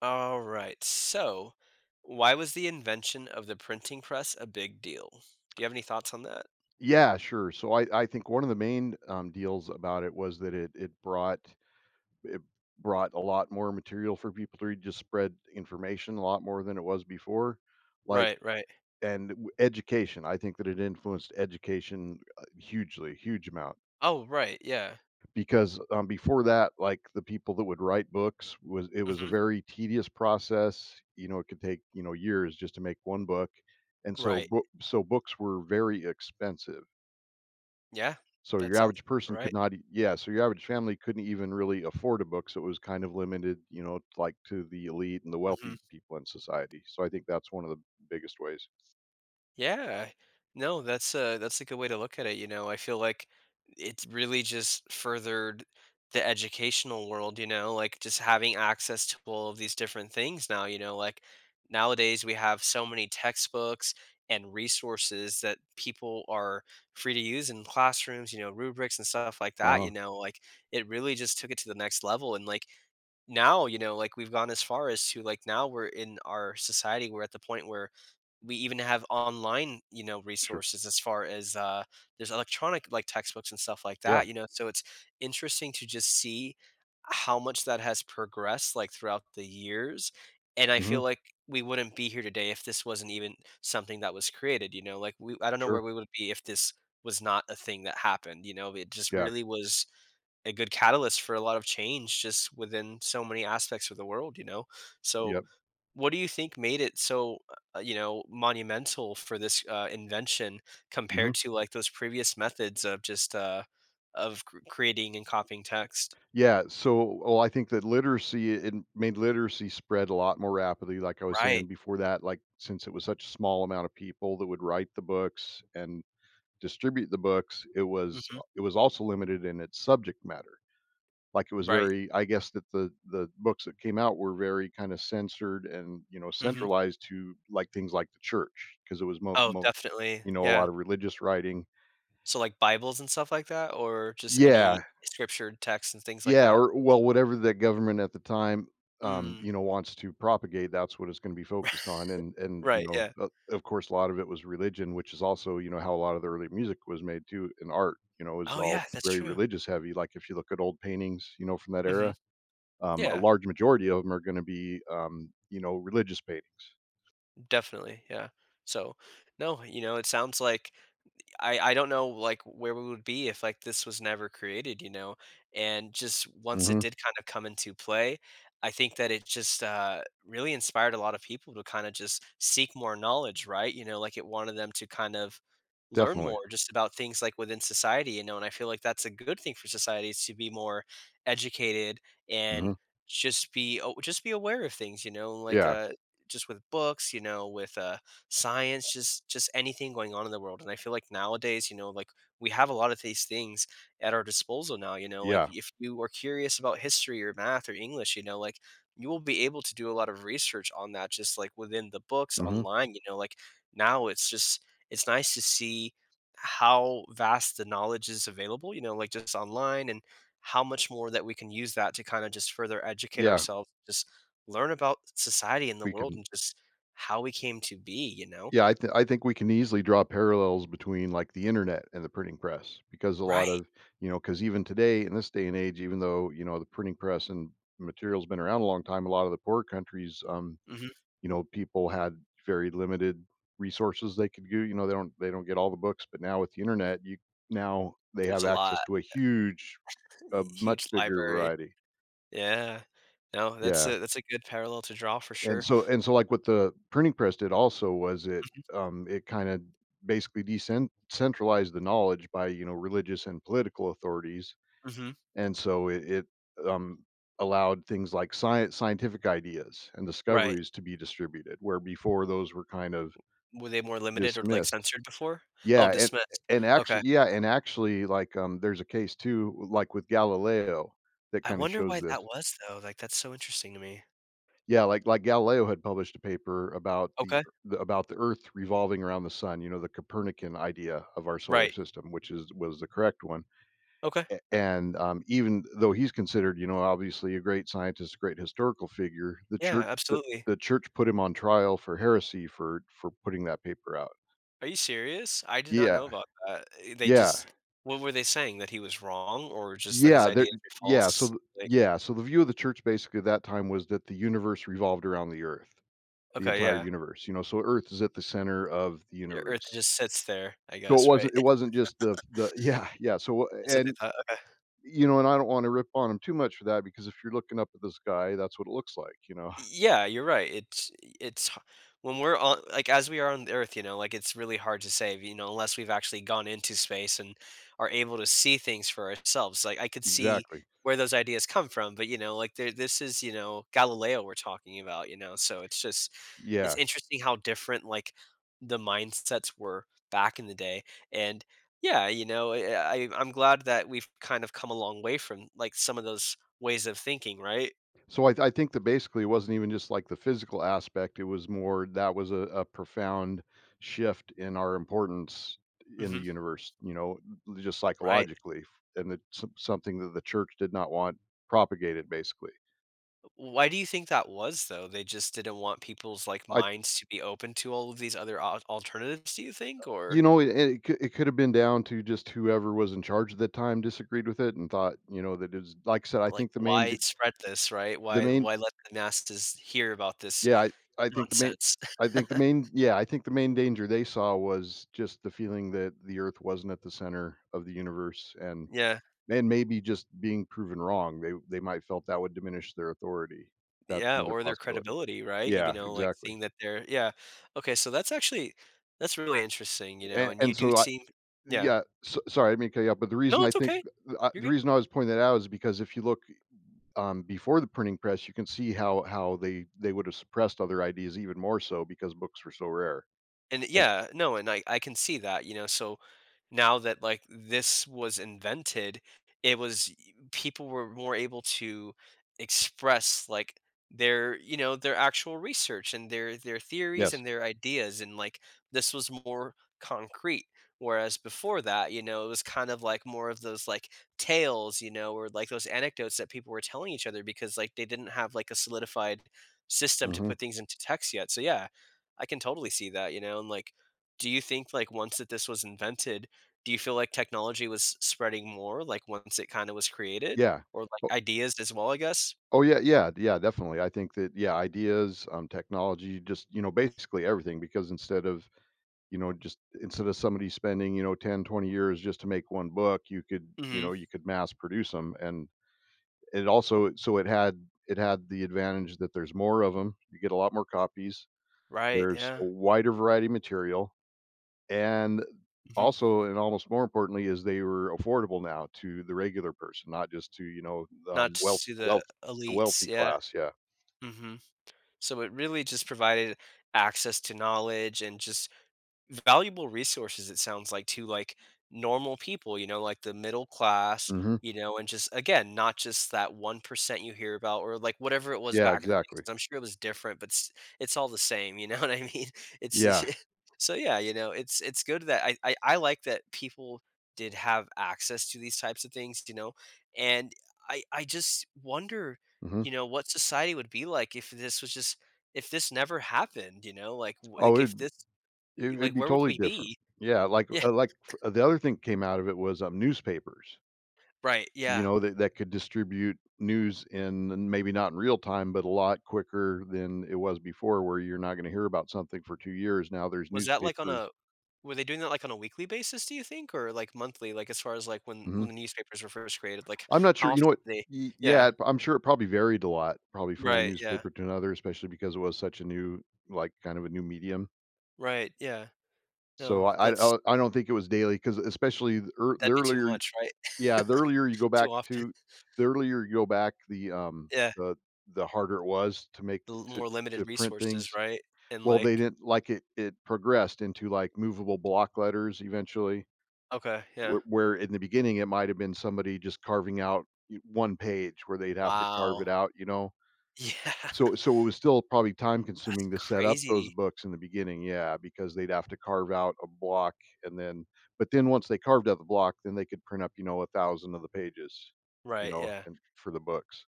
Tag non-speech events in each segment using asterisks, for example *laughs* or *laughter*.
All right. So, why was the invention of the printing press a big deal? Do you have any thoughts on that? Yeah, sure. So I think one of the main deals about it was that it brought it a lot more material for people to read, just spread information a lot more than it was before. Like Right, right. Education, I think that it influenced education hugely, huge amount. Oh, right. Yeah. Because before that, like, the people that would write books was a Hmm. very tedious process. You know, it could take, you know, years just to make one book, and Right. So books were very expensive. Yeah. So That your sounds average about person could right. not e yeah, so your average family couldn't even really afford a book, so it was kind of limited, you know, like, to the elite and the Mm-hmm. wealthy people in society, so I think that's one of the biggest ways. Yeah. No, that's a good way to look at it, you know. I feel like it's really just furthered the educational world, you know, like just having access to all of these different things now, you know, like nowadays we have so many textbooks and resources that people are free to use in classrooms, you know, rubrics and stuff like that, you Uh-huh. know, like it really just took it to the next level. And like now, you know, like we've gone as far as to, like, now we're in our society, we're at the point where we even have online, you know, Sure. resources as far as there's electronic, like, textbooks and stuff like Yeah. that, you know. So it's interesting to just see how much that has progressed, like, throughout the years. And I feel Mhm. like we wouldn't be here today if this wasn't even something that was created, you know, like we I don't know where Sure. we would be if this was not a thing that happened, you know. It just Yeah. really was a good catalyst for a lot of change, just within so many aspects of the world, you know? So, Yep. what do you think made it so, you know, monumental for this invention compared Mhm. to like those previous methods of just creating and copying text? Yeah, so, well, I think that literacy it made literacy spread a lot more rapidly, like I was Right. saying before, that, like, since it was such a small amount of people that would write the books and distribute the books, Hmm. It was also limited in its subject matter. Like, it was Right. very, I guess that the books that came out were very kind of censored and, you know, Hmm. centralized to like things like the church, because it was Oh, definitely. you know, a Yeah. lot of religious writing. So like Bibles and stuff like that, or just any Yeah, scripture text and things like yeah, that. or, well, whatever the government at the time, um, Mm. you know, wants to propagate, that's what it's going to be focused on. and *laughs* and you Right. know, Yeah. Of course a lot of it was religion, which is also, you know, how a lot of the early music was made too, and art, you know, is Oh, yeah. all That's very true. religious heavy. Like, if you look at old paintings, you know, from that Hmm. era, a Yeah. large majority of them are going to be, you know, religious paintings. Definitely, yeah. So, no, you know, it sounds like I don't know, like, where we would be if, like, this was never created, you know? And just once it Mhm. did kinda come into play, I think that it just, really inspired a lot of people to kinda just seek more knowledge, right? You know, like, it wanted them to kind of learn Definitely. more just about things, like, within society, you know? And I feel like that's a good thing for society is to be more educated and Mhm. Just be aware of things, you know? Like, Yeah, just with books, you know, with, science, just anything going on in the world. And I feel like nowadays, you know, like we have a lot of these things at our disposal now, you know, like yeah, if you are curious about history or math or English, you know, like you will be able to do a lot of research on that, just like within the books mhm, online, you know, like now it's just it's nice to see how vast the knowledge is available, you know, like just online. And how much more that we can use that to kind of just further educate yeah. ourselves, just learn about society and the We world, can, and just how we came to be, you know? yeah. I think we can easily draw parallels between, like, the internet and the printing press, because a lot Right. of, you know, because even today in this day and age, even though, you know, the printing press and materials been around a long time, a lot of the poor countries, Mhm. you know, people had very limited resources they could do. You know, they don't get all the books, but now with the internet, you, now they There's have a lot. access to a huge, a much Huge bigger library. variety. Yeah. No, that's Yeah, a that's a good parallel to draw for and sure. so and so like what the printing press did also was it, Mhm. It kind of basically decent the knowledge by, you know, religious and political authorities, Mhm. and so it, um, allowed things like science scientific ideas and Right. discoveries to be distributed, where before those were kind of Were they more limited or, like, dismissed. censored before? Oh, Yeah, and dismissed. Okay. Yeah, and actually, like, there's a case too, like, with Galileo that I kinda wonder shows why this. that was, though, like, that's so interesting to me. Yeah, like Galileo had published a paper about Okay. the about the Earth revolving around the sun, you know, the Copernican idea of our solar Right. system, which is was the correct one. Okay. Um, even though he's considered, you know, obviously a great scientist, great historical figure, the Yeah, church the absolutely. the church put him on trial for heresy for putting that paper out. Are you serious? I did not Yeah, know about that. Eh, they yeah. just what were they saying? That he was wrong or just that his Yeah, there ideas were yeah, so false? th Like Yeah, so the view of the church basically at that time was that the universe revolved around the Earth, the okay, entire yeah. universe, you know, so Earth is at the center of the The Earth universe. just sits there, I So guess, right? It wasn't just the *laughs* yeah, yeah, so That's what they and, thought, okay. you know, and I don't wanna rip on 'em too much for that, because if you're looking up at the sky, that's what it looks like, you know? *laughs* Yeah, you're right, it's h when we're on, like, as we are on the Earth, you know, like, it's really hard to say, you know, unless we've actually gone into space and are able to see things for ourselves, like, I could see Exactly. where those ideas come from, but, you know, like, there this is, you know, Galileo we're talking about, you know, so it's just it's Yeah. interesting how different, like, the mindsets were back in the day, and yeah, you know, I'm glad that we've kind of come a long way from, like, some of those ways of thinking, right? So I think that basically it wasn't even just like the physical aspect. It was more that was a profound shift in our importance in the Mhm. universe, you know, just Right. psychologically, and it's something that the church did not want propagated. Basically, Why do you think that was, though? They just didn't want people's, like, I, minds to be open to all of these other alternatives, do you think? Or you know, it could have been down to just whoever was in charge at the time disagreed with it and thought, you know, that, it's like I said. I like think the main why d- spread this, right? the main Why let the masses hear about this Yeah, I think the main nonsense? I think the *laughs* main yeah, I think the main danger they saw was just the feeling that the Earth wasn't at the center of the universe, Yeah. and maybe just being proven wrong. They might felt that would diminish their authority. That's Yeah, another or their possibility. credibility, right? You Yeah, know, like exactly. seeing that they're yeah. Okay, so that's actually that's really interesting, you know, and you And do so I seem yeah. Yeah, so, sorry, I didn't mean to cut you off, but No, it's okay. You're the good. reason I was pointing that out is because if you look, before the printing press, you can see how they would have suppressed other ideas even more so, because books were so rare. And And yeah, no, and I can see that, you know, so now that like this was invented, people were more able to express like their, you know, their actual research and their theories yes. and their ideas, and like this was more concrete. Whereas before that, you know, it was kind of like more of those like tales, you know, or like those anecdotes that people were telling each other because, like, they didn't have like a solidified system to Hmm. put things into text yet. So yeah, I can totally see that, you know, and like, do you think, like, once that this was invented, do you feel like technology was spreading more like once it kind of was created, Yeah. or like Oh, ideas as well, I guess? oh yeah, yeah, yeah, definitely. I think that, yeah, ideas, technology, just, you know, basically everything. Because instead of somebody spending, you know, 10, 20 years just to make one book, you could, you Hmm. know, you could mass produce them, and it also so it had the advantage that there's more of them. You get a lot more copies. Right. There's Yeah. a wider variety of material. And Hmm. also, and almost more importantly, is they were affordable now to the regular person, not just to, you know, Not wealth just to the wealth the elites. wealthy Yeah. class, yeah. Hmm. So it really just provided access to knowledge and just valuable resources, it sounds like, to like normal people, you know, like the middle class, Mhm. you know, and just again, not just that 1% you hear about, or like whatever it was Yeah, back in the day, exactly. 'cause I'm sure it was different, but it's all the same, you know, *laughs* what I mean. It's Yeah. *laughs* so yeah, you know, it's good that I like that people did have access to these types of things, you know. And I just wonder, Mhm. you know, what society would be like if this was just if this never happened, you know, Oh, like if it'd be, this Y like, it'd be where would totally we different. be? Yeah, Yeah, like, f the other thing that came out of it was, newspapers, right, you yeah. know, that that could distribute news in, and maybe not in real time, but a lot quicker than it was before, where you're not gonna hear about something for 2 years. Now there's Was that, like, on newspapers. a were they doing that, like, on a weekly basis, do you think? Or, like, monthly, like, as far as, like, when Mhm. The newspapers were first created, like, I'm not how sure, you know often what. do they Y Yeah, Yeah, I'm sure it probably varied a lot, probably from one right, yeah, newspaper to another, especially because it was such a new, like, kind of a new medium. right, yeah. So, No, I don't think it was daily, because especially the that'd be too earlier, much, right? yeah, the *laughs* earlier you go Too back often. to, the earlier you go back, the, Yeah, the the harder it was to make, the l to more limited to print resources, things. right? And, Well, they like didn't, like, it progressed into, like, movable block letters eventually, okay, yeah. where in the beginning, it might have been somebody just carving out y one page where they'd have to carve Wow. it out, you know? *laughs* Yeah, So, so it was still probably time that's consuming to set up those crazy. books in the beginning, yeah, because they'd have to carve out a block, and then, but then once they carved out the block, then they could print up, you know, 1,000 of the pages, you Right, know, yeah. and for the books.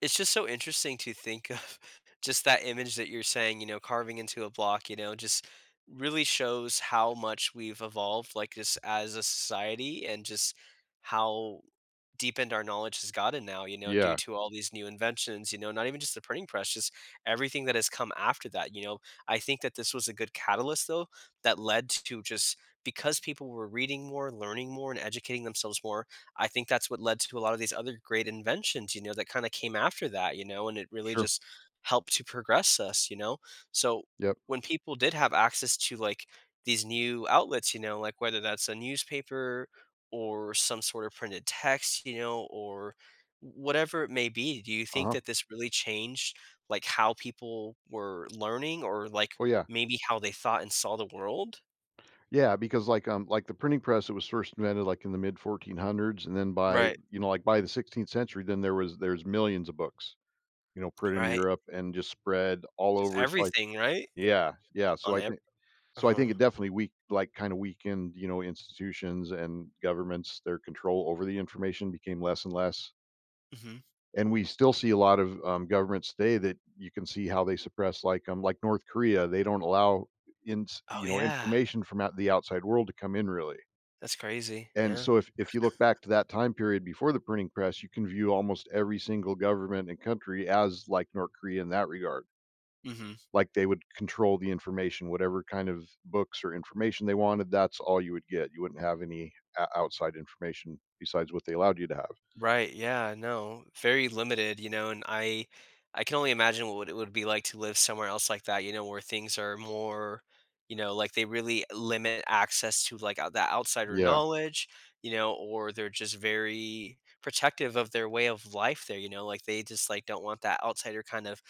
It's just so interesting to think of *laughs* just that image that you're saying, you know, carving into a block, you know, just really shows how much we've evolved, like just as a society, and just how deepened our knowledge has gotten now, you know, due Yeah, to all these new inventions, you know, not even just the printing press, just everything that has come after that, you know. I think that this was a good catalyst, though, that led to just because people were reading more, learning more, and educating themselves more, I think that's what led to a lot of these other great inventions, you know, that kind of came after that, you know, and it really sure. just helped to progress us, you know. So Yep. when people did have access to, like, these new outlets, you know, like whether that's a newspaper or some sort of printed text, you know, or whatever it may be. Do you think Uh-huh. that this really changed like how people were learning, or like Oh, yeah. maybe how they thought and saw the world? Yeah, because, like, the printing press, it was first invented, like, in the mid 1400s, and then by, Right, you know, like, by the 16th century, then there's millions of books. You know, put in right. Europe and just spread all Just over, so everything, right? Yeah, so On every. I Uh-huh. think it definitely kinda weakened, you know, institutions and governments, their control over the information became less and less, Mhm. and we still see a lot of, governments today that you can see how they suppress, like, um, like North Korea, they don't allow in, Oh, you know, yeah. information from out the outside world to come in really, That's crazy. and Yeah. so if you look back to that time period before the printing press, you can view almost every single government and country as like North Korea in that regard. Mhm. Like, they would control the information, whatever kind of books or information they wanted, that's all you would get. You wouldn't have any o outside information besides what they allowed you to have. Right, yeah, no, very limited, you know, and I can only imagine what it would be like to live somewhere else like that, you know, where things are more, you know, like they really limit access to, like, that outsider Yeah, knowledge, you know, or they're just very protective of their way of life there, you know, like they just like don't want that outsider kind of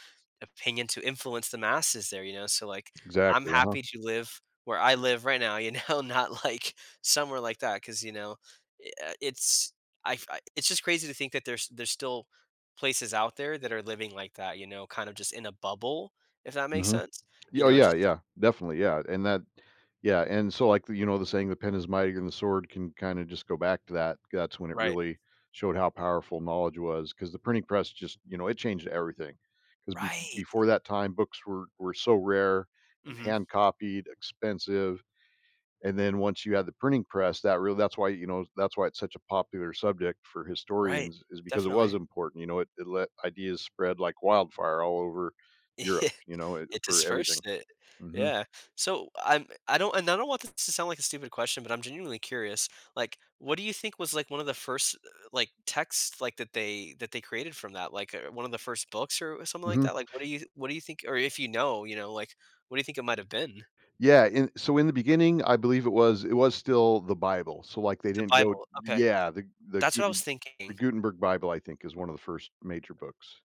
opinion to influence the masses there, you know. So like I'm exactly, uh-huh, happy to live where I live right now, you know, *laughs* not like somewhere like that because, you know, it's I f I it's just crazy to think that there's still places out there that are living like that, you know, kind of just in a bubble, if that makes mhm. sense, you Yeah, oh, know, yeah, just yeah, definitely, yeah, and that yeah, and so, like, you know, the saying, "The pen is mightier than the sword," can kinda just go back to that. That's when it Right. really showed how powerful knowledge was, because the printing press, just, you know, it changed everything, 'cause be Right. before that time, books were, so rare and Mhm. hand copied, expensive, and then once you had the printing press, that really, that's why, you know, that's why it's such a popular subject for Right. historians, is because it was Definitely. important, you know, it let ideas spread like wildfire all over Europe, *laughs* you know, It for everything. dispersed it. Hmm. Yeah. So, I don't and I don't want this to sound like a stupid question, but I'm genuinely curious, like, what do you think was, like, one of the first, like, texts, like, that they created from that? Like, one of the first books or something like Hmm. that? Like, what do you think, or if you know, you know, like, what do you think it might have been? So in the beginning, I believe it was, it was still the Bible, so, like, they The didn't go, Bible, okay. yeah, the the That's what I was Guten, the thinking. Gutenberg Bible, I think, is one of the first major books.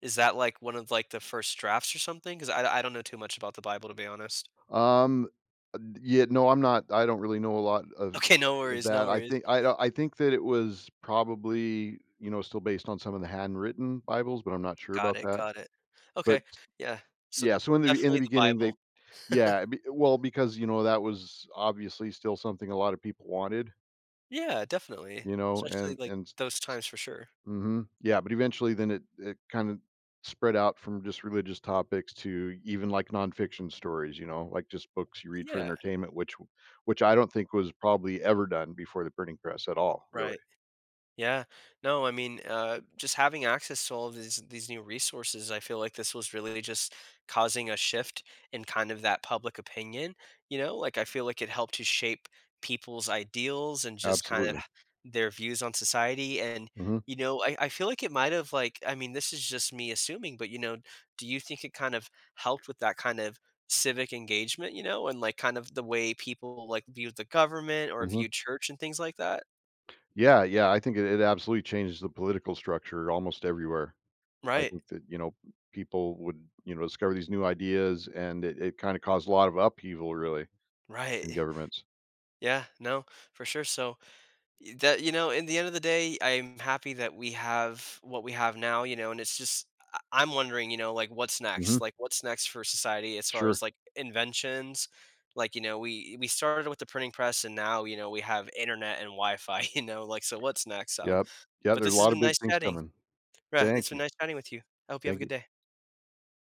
Is that, like, one of, like, the first drafts or something? Because I don't know too much about the Bible, to be honest. Um, yeah, no, I'm not, I don't really know a lot Okay, no of worries, no that. Worries. I think that it was probably, you know, still based on some of the handwritten Bibles, but I'm not sure Got about it, that. got it. Okay, But yeah. So, yeah, so in the definitely the beginning they, Bible. Well, because, you know, that was obviously still something a lot of people wanted, Yeah, definitely. you know, Especially, like, and those times for sure. mhm. Yeah, but eventually then it kind of spread out from just religious topics to even, like, nonfiction stories, you know, like just books you read for Yeah, entertainment, which I don't think was probably ever done before the printing press at all, really. right. Yeah. No, I mean, just having access to all of these new resources, I feel like this was really just causing a shift in kind of that public opinion. You know, like I feel like it helped to shape people's ideals and just kind of Absolutely. their views on society. And Mhm. you know, I feel like it might have like I mean, this is just me assuming, but you know, do you think it kind of helped with that kind of civic engagement? You know, and like kind of the way people like viewed the government or Mhm. viewed church and things like that. Yeah, yeah, I think it absolutely changes the political structure almost everywhere. I Right. think that, you know, people would, you know, discover these new ideas and it kind of caused a lot of upheaval really in Right. governments. Yeah, no, for sure. So y- that you know, in the end of the day, I'm happy that we have what we have now, you know, and it's just I'm wondering, you know, like what's next? Mhm. Like what's next for society as far Sure. as like inventions? Like, you know, we started with the printing press, and now, you know, we have internet and Wi-Fi, *laughs* you know, like so what's next? Yep. Yeah, But there's this a has lot of been nice big things chatting. coming. Right, it's Thank been you. nice chatting with you. I hope you have a Thank good you. day.